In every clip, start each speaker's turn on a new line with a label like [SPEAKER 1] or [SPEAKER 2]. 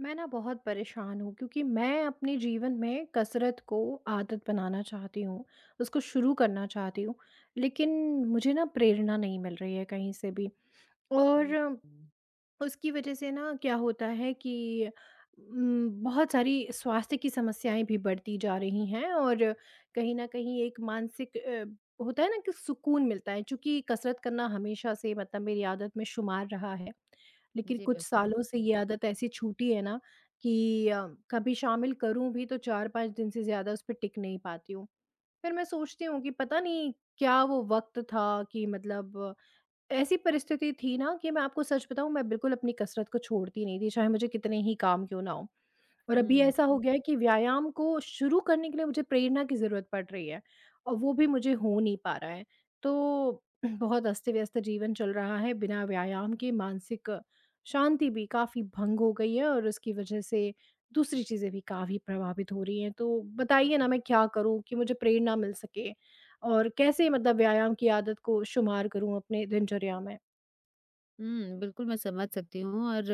[SPEAKER 1] मैं ना बहुत परेशान हूँ क्योंकि मैं अपने जीवन में कसरत को आदत बनाना चाहती हूँ, उसको शुरू करना चाहती हूँ, लेकिन मुझे ना प्रेरणा नहीं मिल रही है कहीं से भी।
[SPEAKER 2] हुँ,
[SPEAKER 1] और
[SPEAKER 2] हुँ।
[SPEAKER 1] उसकी वजह से ना क्या होता है कि बहुत सारी स्वास्थ्य की समस्याएँ भी बढ़ती जा रही हैं, और कहीं न कहीं एक मानसिक होता है ना कि सुकून मिलता है, चूँकि कसरत करना हमेशा से मतलब मेरी आदत में शुमार रहा है। लेकिन
[SPEAKER 2] जी,
[SPEAKER 1] कुछ
[SPEAKER 2] बिल्कुल।
[SPEAKER 1] सालों से ये आदत ऐसी छूटी है ना कि कभी शामिल करूँ भी तो 4-5 दिन से ज़्यादा उस पे टिक नहीं पाती हूँ। फिर मैं सोचती हूँ कि पता नहीं, क्या वो वक़्त था कि मतलब ऐसी परिस्थिति थी ना कि, मैं आपको सच बताऊँ, मैं बिल्कुल अपनी कसरत को छोड़ती नहीं थी, चाहे मुझे कितने ही काम क्यों ना हों। और अभी
[SPEAKER 2] हुँ,
[SPEAKER 1] ऐसा हो गया है कि व्यायाम को शुरू करने के लिए मुझे प्रेरणा की ज़रूरत पड़ रही है, और वो भी मुझे हो नहीं पा रहा है। तो बहुत अस्त-व्यस्त जीवन चल रहा है, बिना व्यायाम के मानसिक शांति भी काफ़ी भंग हो गई है, और उसकी वजह से दूसरी चीज़ें भी काफ़ी प्रभावित हो रही हैं। तो बताइए ना, मैं क्या करूँ कि मुझे प्रेरणा मिल सके, और कैसे मतलब व्यायाम की आदत को शुमार करूँ अपने दिनचर्या में?
[SPEAKER 2] हुँ, बिल्कुल मैं समझ सकती हूँ और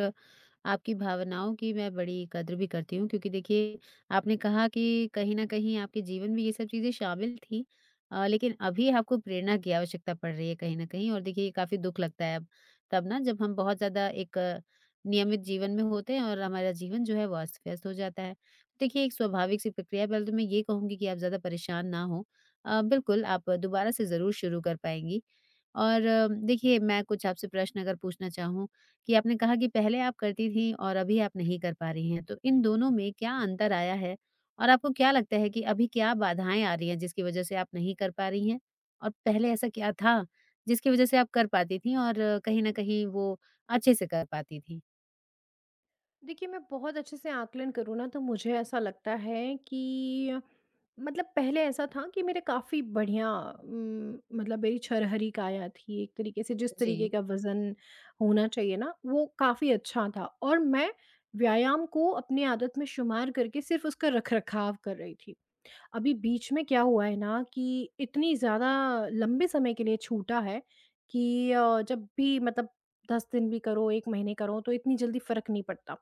[SPEAKER 2] आपकी भावनाओं की मैं बड़ी कद्र भी करती हूँ क्योंकि देखिए, आपने कहा कि कहीं न कहीं आपके जीवन में ये सब चीज़ें शामिल थी, लेकिन अभी आपको प्रेरणा की आवश्यकता पड़ रही है कहीं न कहीं और देखिए, ये काफ़ी दुःख लगता है अब, तब ना जब हम बहुत ज़्यादा एक नियमित जीवन में होते हैं और हमारा जीवन जो है वो अस्त-व्यस्त हो जाता है। देखिए, एक स्वाभाविक-सी प्रक्रिया है, पहले तो मैं ये कहूँगी कि आप ज़्यादा परेशान ना हों। बिल्कुल आप दोबारा से ज़रूर शुरू कर पाएँगी। और देखिए, मैं कुछ आपसे प्रश्न अगर पूछना चाहूँ कि आपने कहा कि पहले आप करती थीं और अभी आप नहीं कर पा रही हैं, तो इन दोनों में क्या अंतर आया है? और आपको क्या लगता है कि अभी क्या बाधाएँ आ रही हैं जिसकी वज़ह से आप नहीं कर पा रही हैं? और पहले ऐसा क्या था जिसकी वज़ह से आप कर पाती थीं और कहीं न कहीं वो अच्छे से कर पाती थीं?
[SPEAKER 1] देखिए, मैं बहुत अच्छे से आकलन करूँ ना, तो मुझे ऐसा लगता है कि मतलब पहले ऐसा था कि मेरे काफ़ी बढ़िया मतलब मेरी छरहरी काया थी, एक तरीके से जिस तरीके
[SPEAKER 2] जी,
[SPEAKER 1] का वज़न होना चाहिए ना वो काफ़ी अच्छा था, और मैं व्यायाम को अपनी आदत में शुमार करके सिर्फ़ उसका रखरखाव कर रही थी। अभी बीच में क्या हुआ है ना, कि इतनी ज़्यादा लंबे समय के लिए छूटा है कि जब भी मतलब 10 दिन भी करो, 1 महीने करो, तो इतनी जल्दी फ़र्क नहीं पड़ता।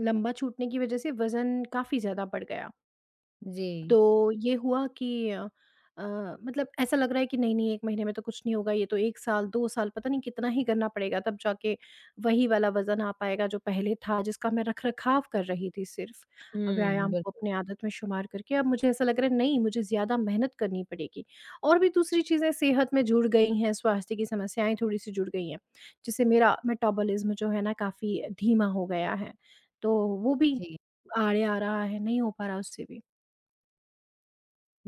[SPEAKER 1] लंबा छूटने की वज़ह से वज़न काफ़ी ज़्यादा बढ़ गया।
[SPEAKER 2] जी।
[SPEAKER 1] तो ये हुआ कि अ, मतलब ऐसा लग रहा है कि नहीं नहीं, 1 महीने में तो कुछ नहीं होगा, ये तो 1 साल, 2 साल, पता नहीं कितना ही करना पड़ेगा, तब जाके वही वाला वज़न आ पाएगा जो पहले था, जिसका मैं रख-रखाव कर रही थी, सिर्फ़
[SPEAKER 2] हुँ,
[SPEAKER 1] व्यायाम को
[SPEAKER 2] बिल्कुल।
[SPEAKER 1] अपनी आदत में शुमार करके। अब मुझे ऐसा लग रहा है नहीं, मुझे ज़्यादा मेहनत करनी पड़ेगी, और भी दूसरी चीज़ें सेहत में जुड़ गई हैं, स्वास्थ्य की समस्याएँ थोड़ी-सी जुड़ गई हैं, जिससे मेरा मेटाबॉलिज़्म जो है ना काफ़ी धीमा हो गया है, तो वो भी
[SPEAKER 2] जी।
[SPEAKER 1] आड़े आ रहा है, नहीं हो पा रहा उससे भी।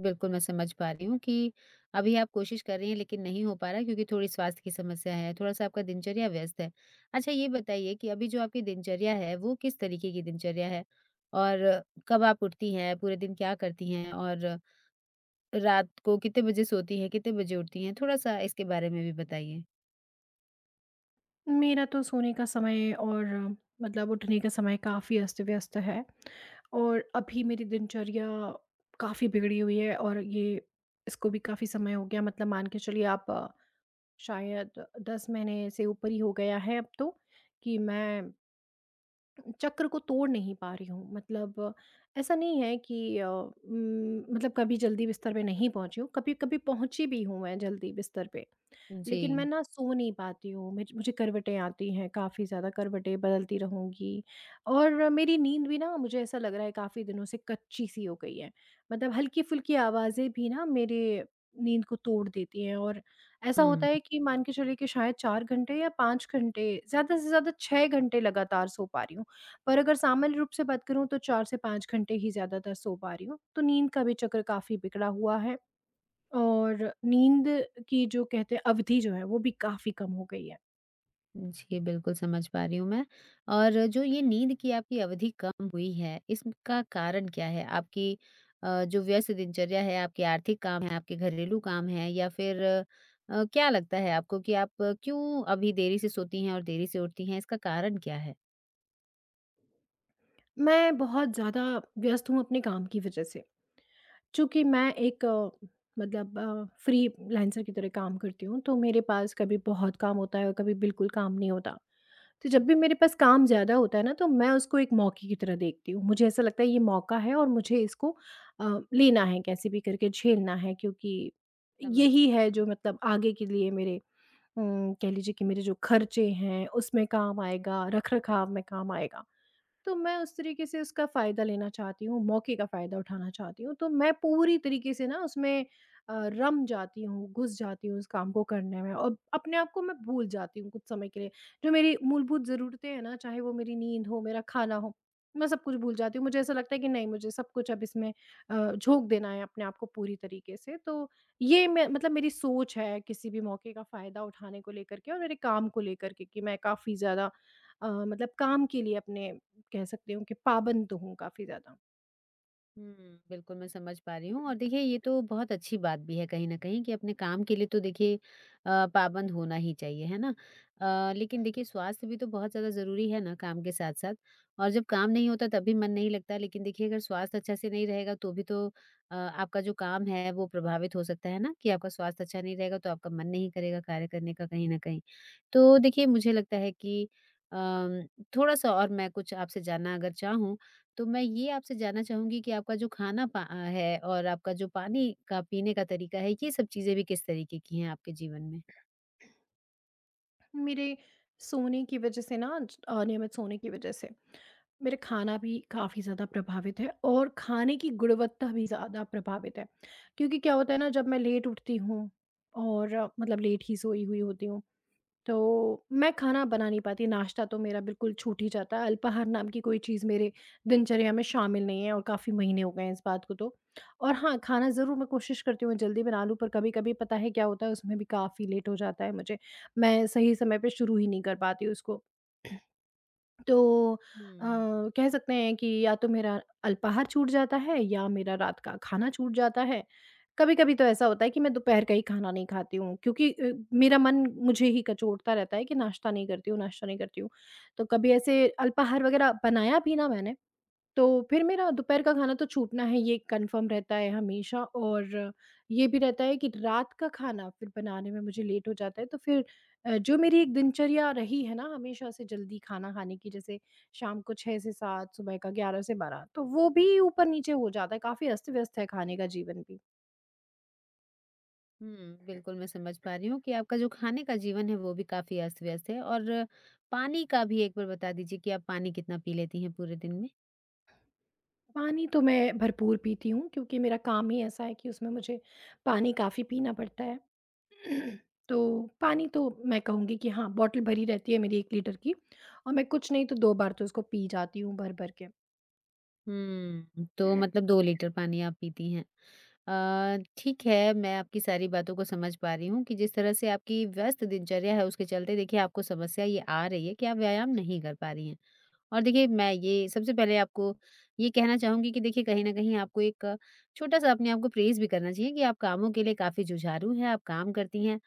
[SPEAKER 2] बिल्कुल, मैं समझ पा रही हूँ कि अभी आप कोशिश कर रही हैं, लेकिन नहीं हो पा रहा क्योंकि थोड़ी स्वास्थ्य की समस्या है, थोड़ा-सा आपका दिनचर्या व्यस्त है। अच्छा, ये बताइए कि अभी जो आपकी दिनचर्या है, वो किस तरीके की दिनचर्या है? और कब आप उठती हैं, पूरे दिन क्या करती हैं और रात को कितने बजे सोती हैं, कितने बजे उठती हैं? थोड़ा-सा इसके बारे में भी बताइए।
[SPEAKER 1] मेरा तो सोने का समय और मतलब उठने का समय काफ़ी अस्त-व्यस्त है, और अभी मेरी दिनचर्या काफ़ी बिगड़ी हुई है, और ये इसको भी काफ़ी समय हो गया, मतलब मान के चलिए आप, शायद 10 महीने से ऊपर ही हो गया है अब तो, कि मैं चक्र को तोड़ नहीं पा रही हूँ। मतलब ऐसा नहीं है कि मतलब कभी जल्दी बिस्तर पे नहीं पहुँची हूँ, कभी-कभी पहुँची भी हूँ मैं जल्दी बिस्तर पे। लेकिन मैं
[SPEAKER 2] जी।
[SPEAKER 1] ना सो नहीं पाती हूँ, मुझे करवटें आती हैं, काफ़ी ज़्यादा करवटें बदलती रहूँगी। और मेरी नींद भी ना, मुझे ऐसा लग रहा है, काफ़ी दिनों से कच्ची-सी हो गई है। मतलब हल्की-फुल्की आवाज़ें भी ना मेरे नींद को तोड़ देती हैं। और ऐसा होता
[SPEAKER 2] हुँ।
[SPEAKER 1] है कि मान के चलिए कि शायद 4 घंटे या 5 घंटे, ज़्यादा से ज़्यादा 6 घंटे लगातार सो पा रही हूँ। और अगर सामान्य रूप से बात करूँ तो 4 से 5 घंटे ही ज़्यादातर सो पा रही हूँ। तो नींद का भी चक्र काफ़ी बिगड़ा हुआ है, और नींद की, जो कहते हैं अवधि, जो है वो भी काफ़ी कम हो गई है।
[SPEAKER 2] जी, बिल्कुल समझ पा रही हूँ मैं। और जो ये नींद की आपकी अवधि कम हुई है, इसका कारण क्या है? आपकी जो व्यस्त दिनचर्या है, आपके आर्थिक काम हैं, आपके घरेलू काम हैं या फिर क्या लगता है आपको कि आप क्यों अभी देरी से सोती हैं और देरी से उठती हैं? इसका कारण क्या है?
[SPEAKER 1] मैं बहुत ज़्यादा व्यस्त हूँ अपने काम की वज़ह से। चूँकि मैं एक मतलब फ्रीलांसर की तरह काम करती हूँ, तो मेरे पास कभी बहुत काम होता है, और कभी बिल्कुल काम नहीं होता। तो जब भी
[SPEAKER 2] जी,
[SPEAKER 1] मेरे पास काम ज़्यादा होता है ना, तो मैं उसको एक मौके की तरह देखती हूँ। मुझे ऐसा लगता है ये मौका है, और मुझे इसको लेना है, कैसे भी करके झेलना है, क्योंकि
[SPEAKER 2] समझ
[SPEAKER 1] यही है
[SPEAKER 2] सकती
[SPEAKER 1] जो
[SPEAKER 2] हूँ।
[SPEAKER 1] मतलब आगे के लिए मेरे, कह लीजिए कि, मेरे जो खर्चे हैं उसमें काम आएगा, रख-रखाव में काम आएगा। तो मैं उस तरीके से उसका फ़ायदा लेना चाहती हूँ, मौके का फ़ायदा उठाना चाहती हूँ। तो मैं पूरी तरीके से ना उसमें रम जाती हूँ, घुस जाती हूँ उस काम को करने में, और अपने आप को मैं भूल जाती हूँ कुछ समय के लिए। जो मेरी मूलभूत ज़रूरतें हैं ना, चाहे वो मेरी नींद हो, मेरा खाना हो, मैं सब कुछ भूल जाती हूँ। मुझे ऐसा लगता है कि नहीं, मुझे सब कुछ अब इसमें झोंक देना है अपने आप को पूरी तरीके से। तो ये मैं मतलब मेरी सोच है किसी भी मौके का फ़ायदा उठाने को लेकर के, और मेरे काम को लेकर के, कि मैं काफ़ी ज़्यादा मतलब काम के लिए अपने, कह सकती हूँ कि, पाबंद हूँ काफ़ी ज़्यादा।
[SPEAKER 2] हुँ, बिल्कुल मैं समझ पा रही हूँ और देखिए, ये तो बहुत अच्छी बात भी है कहीं न कहीं कि अपने काम के लिए तो देखिए, पाबंद होना ही चाहिए, है ना? लेकिन देखिए, स्वास्थ्य भी तो बहुत ज़्यादा ज़रूरी है ना काम के साथ-साथ। और जब काम नहीं होता तब भी मन नहीं लगता, लेकिन देखिए, अगर स्वास्थ्य अच्छा से नहीं रहेगा तो भी तो आपका जो काम है वो प्रभावित हो सकता है ना कि आपका स्वास्थ्य अच्छा नहीं रहेगा तो आपका मन नहीं करेगा कार्य करने का कहीं न कहीं। तो देखिए, मुझे लगता है कि अम, थोड़ा-सा और मैं कुछ आपसे जानना अगर चाहूँ तो मैं ये आपसे जानना चाहूँगी कि आपका जो खाना है और आपका जो पानी का पीने का तरीका है, ये सब चीज़ें भी किस तरीके की हैं आपके जीवन में?
[SPEAKER 1] मेरे सोने की वजह से ना, ज अनियमित सोने की वजह से, मेरा खाना भी काफ़ी ज़्यादा प्रभावित है, और खाने की गुणवत्ता भी ज़्यादा प्रभावित है। क्योंकि क्या होता है ना, जब मैं लेट उठती हूँ और मतलब लेट ही सोई हुई होती हूँ, तो मैं खाना बना नहीं पाती, नाश्ता तो मेरा बिल्कुल छूट ही जाता है, अल्पाहार नाम की कोई चीज़ मेरे दिनचर्या में शामिल नहीं है, और काफ़ी महीने हो गए हैं इस बात को तो। और हाँ, खाना ज़रूर मैं कोशिश करती हूँ मैं जल्दी बना लूँ, पर कभी-कभी पता है क्या होता है, उसमें भी काफ़ी लेट हो जाता है मुझे। मैं सही समय पे शुरू ही नहीं कर पाती उसको। तो अ,
[SPEAKER 2] हुँ।
[SPEAKER 1] कह सकते हैं कि या तो मेरा अल्पाहार छूट जाता है, या मेरा रात का खाना छूट जाता है। कभी-कभी तो ऐसा होता है कि मैं दोपहर का ही खाना नहीं खाती हूँ, क्योंकि मेरा मन मुझे ही कचोटता रहता है कि नाश्ता नहीं करती हूँ, नाश्ता नहीं करती हूँ। तो कभी ऐसे अल्पाहार वग़ैरह बनाया भी ना मैंने, तो फिर मेरा दोपहर का खाना तो छूटना है, ये कन्फर्म रहता है हमेशा। और ये भी रहता है कि रात का खाना फिर बनाने में मुझे लेट हो जाता है, तो फिर जो मेरी एक दिनचर्या रही है ना हमेशा से जल्दी खाना खाने की, जैसे शाम को 6 से 7, सुबह का 11 से 12, तो वो भी ऊपर नीचे हो जाता है, काफ़ी अस्त व्यस्त है खाने का जीवन भी।
[SPEAKER 2] बिल्कुल मैं समझ पा रही हूँ कि आपका जो खाने का जीवन है वो भी काफ़ी अस्त-व्यस्त है। और पानी का भी एक बार बता दीजिए कि आप पानी कितना पी लेती हैं पूरे दिन में?
[SPEAKER 1] पानी तो मैं भरपूर पीती हूँ क्योंकि मेरा काम ही ऐसा है कि उसमें मुझे पानी काफ़ी पीना पड़ता है। तो पानी तो मैं कहूँगी कि हाँ, बॉटल भरी रहती है मेरी 1 लीटर की, और मैं कुछ नहीं तो 2 बार तो उसको पी जाती हूँ भर-भर के।
[SPEAKER 2] हुँ। तो मतलब 2 लीटर पानी आप पीती हैं। ठीक है, मैं आपकी सारी बातों को समझ पा रही हूँ कि जिस तरह से आपकी व्यस्त दिनचर्या है उसके चलते देखिए, आपको समस्या ये आ रही है कि आप व्यायाम नहीं कर पा रही हैं। और देखिए, मैं ये सबसे पहले आपको ये कहना चाहूँगी कि देखिए, कहीं न कहीं आपको एक छोटा-सा अपने आप को प्रेज़ भी करना चाहिए कि आप कामों के लिए काफ़ी जुझारू हैं, आप काम करती हैं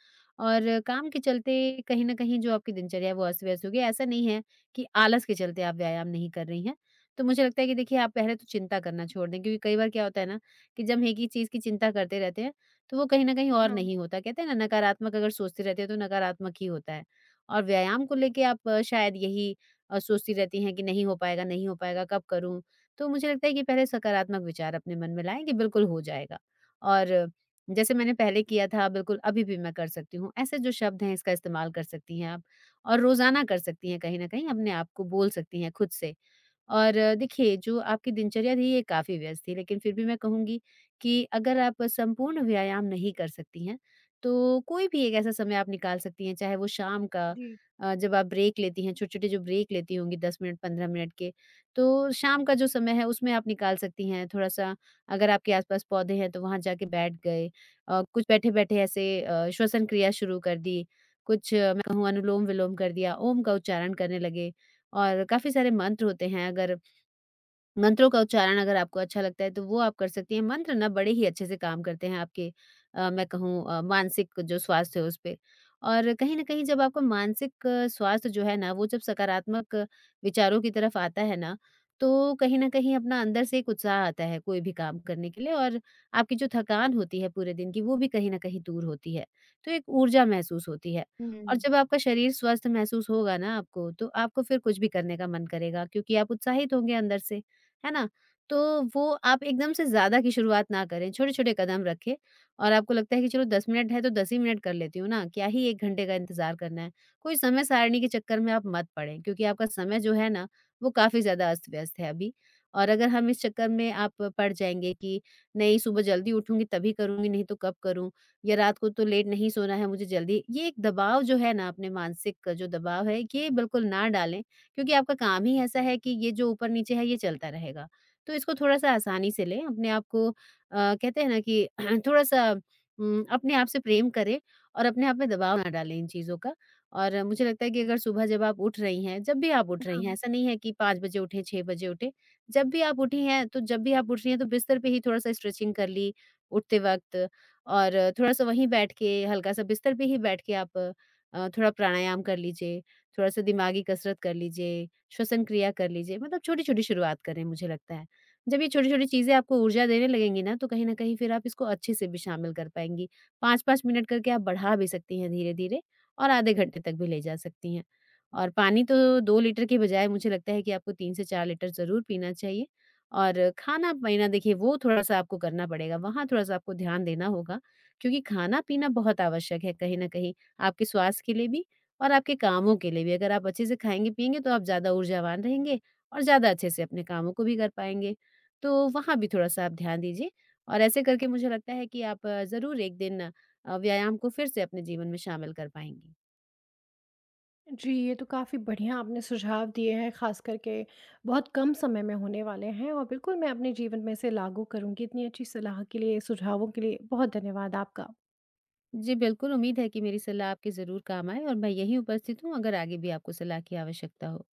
[SPEAKER 2] और काम के चलते कहीं न कहीं जो आपकी दिनचर्या है वो अस्त-व्यस्त हो गई है। ऐसा नहीं है कि आलस के चलते आप व्यायाम नहीं कर रही हैं। तो मुझे लगता है कि देखिए, आप पहले तो चिंता करना छोड़ दें क्योंकि कई बार क्या होता है ना कि जब हम एक ही चीज़ की चिंता करते रहते हैं, तो वो कहीं न कहीं और
[SPEAKER 1] हाँ,
[SPEAKER 2] नहीं होता। कहते हैं ना, नकारात्मक अगर सोचते रहते हैं तो नकारात्मक ही होता है। और व्यायाम को लेके आप शायद यही और सोचती रहती हैं कि नहीं हो पाएगा, नहीं हो पाएगा, कब करूँ? तो मुझे लगता है कि पहले सकारात्मक विचार अपने मन में लाएँ कि बिल्कुल हो जाएगा और जैसे मैंने पहले किया था बिल्कुल अभी भी मैं कर सकती हूँ। ऐसे जो शब्द हैं, इसका इस्तेमाल कर सकती हैं आप और रोज़ाना कर सकती हैं, कहीं न कहीं अपने आप को बोल सकती हैं खुद से। और देखिए, जो आपकी दिनचर्या थी ये काफ़ी व्यस्त थी, लेकिन फिर भी मैं कहूँगी कि अगर आप संपूर्ण व्यायाम नहीं कर सकती हैं, तो कोई भी एक ऐसा समय आप निकाल सकती हैं, चाहे वो शाम का
[SPEAKER 1] जी।
[SPEAKER 2] अ, जब आप ब्रेक लेती हैं, छोटे-छोटे जो ब्रेक लेती होंगी 10 मिनट, 15 मिनट के, तो शाम का जो समय है उसमें आप निकाल सकती हैं। थोड़ा-सा, अगर आपके आस-पास पौधे हैं तो वहाँ जाके बैठ गए, कुछ बैठे-बैठे ऐसे श्वसन क्रिया शुरू कर दी, कुछ मैं कहूँ अनुलोम-विलोम कर दिया, ओम का उच्चारण करने लगे। और काफ़ी सारे मंत्र होते हैं, अगर मंत्रों का उच्चारण अगर आपको अच्छा लगता है तो वो आप कर सकती हैं। मंत्र ना बड़े ही अच्छे से काम करते हैं आपके, मैं कहूँ, मानसिक जो स्वास्थ्य है उस पे। और कहीं न कहीं जब आपका मानसिक स्वास्थ्य जो है ना, वो जब सकारात्मक विचारों की तरफ आता है ना, तो कहीं न कहीं अपना अंदर से एक उत्साह आता है कोई भी काम करने के लिए और आपकी जो थकान होती है पूरे दिन की वो भी कहीं न कहीं दूर होती है। तो एक ऊर्जा महसूस होती है और
[SPEAKER 1] हुँ।
[SPEAKER 2] जब आपका शरीर स्वस्थ महसूस होगा ना आपको, तो आपको फिर कुछ भी करने का मन करेगा क्योंकि आप उत्साहित होंगे अंदर से। है ना? तो वो आप एकदम से ज़्यादा की शुरुआत ना करें, छोटे-छोटे कदम रखें और आपको लगता है कि चलो 10 मिनट है तो 10 ही मिनट कर लेती हूँ ना, क्या ही 1 घंटे का इंतज़ार करना है। कोई समय सारिणी के चक्कर में आप मत पड़ें क्योंकि आपका समय जो है ना, वो काफ़ी ज़्यादा अस्त-व्यस्त है अभी और अगर हम इस चक्कर में आप पड़ जाएँगे कि नहीं, सुबह जल्दी उठूँगी तभी करूँगी, नहीं तो कब करूँ? या रात को तो लेट नहीं सोना है मुझे, जल्दी, ये एक दबाव जो है ना, अपने मानसिक का जो दबाव है, ये बिल्कुल ना डालें क्योंकि आपका काम ही ऐसा है कि ये जो ऊपर-नीचे है ये चलता रहेगा। तो इसको थोड़ा-सा आसानी से लें, अपने आप को, कहते हैं ना कि थोड़ा-सा अपने आप से प्रेम करें और अपने आप में दबाव ना डालें इन चीज़ों का। और मुझे लगता है कि अगर सुबह जब आप उठ रही हैं, जब भी आप उठ रही
[SPEAKER 1] हाँ,
[SPEAKER 2] हैं, ऐसा नहीं है कि 5 बजे उठें, 6 बजे उठें। जब भी आप उठी हैं, तो जब भी आप उठ रही हैं, तो बिस्तर पे ही थोड़ा-सा स्ट्रेचिंग कर ली उठते वक़्त और थोड़ा-सा वहीं बैठ के, हल्का-सा बिस्तर पे ही बैठ के आप थोड़ा प्राणायाम कर लीजिए। थोड़ा-सा दिमागी कसरत कर लीजिए, श्वसन क्रिया कर लीजिए, मतलब छोटी-छोटी शुरुआत करें, मुझे लगता है। जब ये छोटी-छोटी चीज़ें आपको ऊर्जा देने लगेंगी ना, तो कहीं न कहीं फिर आप इसको अच्छे से भी शामिल कर पाएँगी। 5-5 मिनट करके आप बढ़ा भी सकती हैं धीरे-धीरे और आधे घंटे तक भी ले जा सकती हैं। और पानी तो 2 लीटर के बजाय मुझे लगता है कि आपको 3 से 4 लीटर ज़रूर पीना चाहिए। और खाना-पीना, देखिए, वो थोड़ा-सा आपको करना पड़ेगा, वहाँ थोड़ा-सा आपको ध्यान देना होगा क्योंकि खाना-पीना बहुत आवश्यक है कहीं न कहीं, आपके स्वास्थ्य के लिए भी और आपके कामों के लिए भी। अगर आप अच्छे से खाएँगे-पिएँगे तो आप ज़्यादा ऊर्जावान रहेंगे और ज़्यादा अच्छे से अपने कामों को भी कर पाएँगे। तो वहाँ भी थोड़ा-सा आप ध्यान दीजिए और ऐसे करके मुझे लगता है कि आप ज़रूर एक दिन व्यायाम को फिर से अपने जीवन में शामिल कर पाएँगी।
[SPEAKER 1] जी, ये तो काफ़ी बढ़िया आपने सुझाव दिए हैं, ख़ास करके बहुत कम समय में होने वाले हैं, और बिल्कुल मैं अपने जीवन में इसे लागू करूँगी। इतनी अच्छी सलाह के लिए, सुझावों के लिए बहुत धन्यवाद आपका।
[SPEAKER 2] जी, बिल्कुल, उम्मीद है कि मेरी सलाह आपके ज़रूर काम आए और मैं यहीं उपस्थित हूँ अगर आगे भी आपको सलाह की आवश्यकता हो।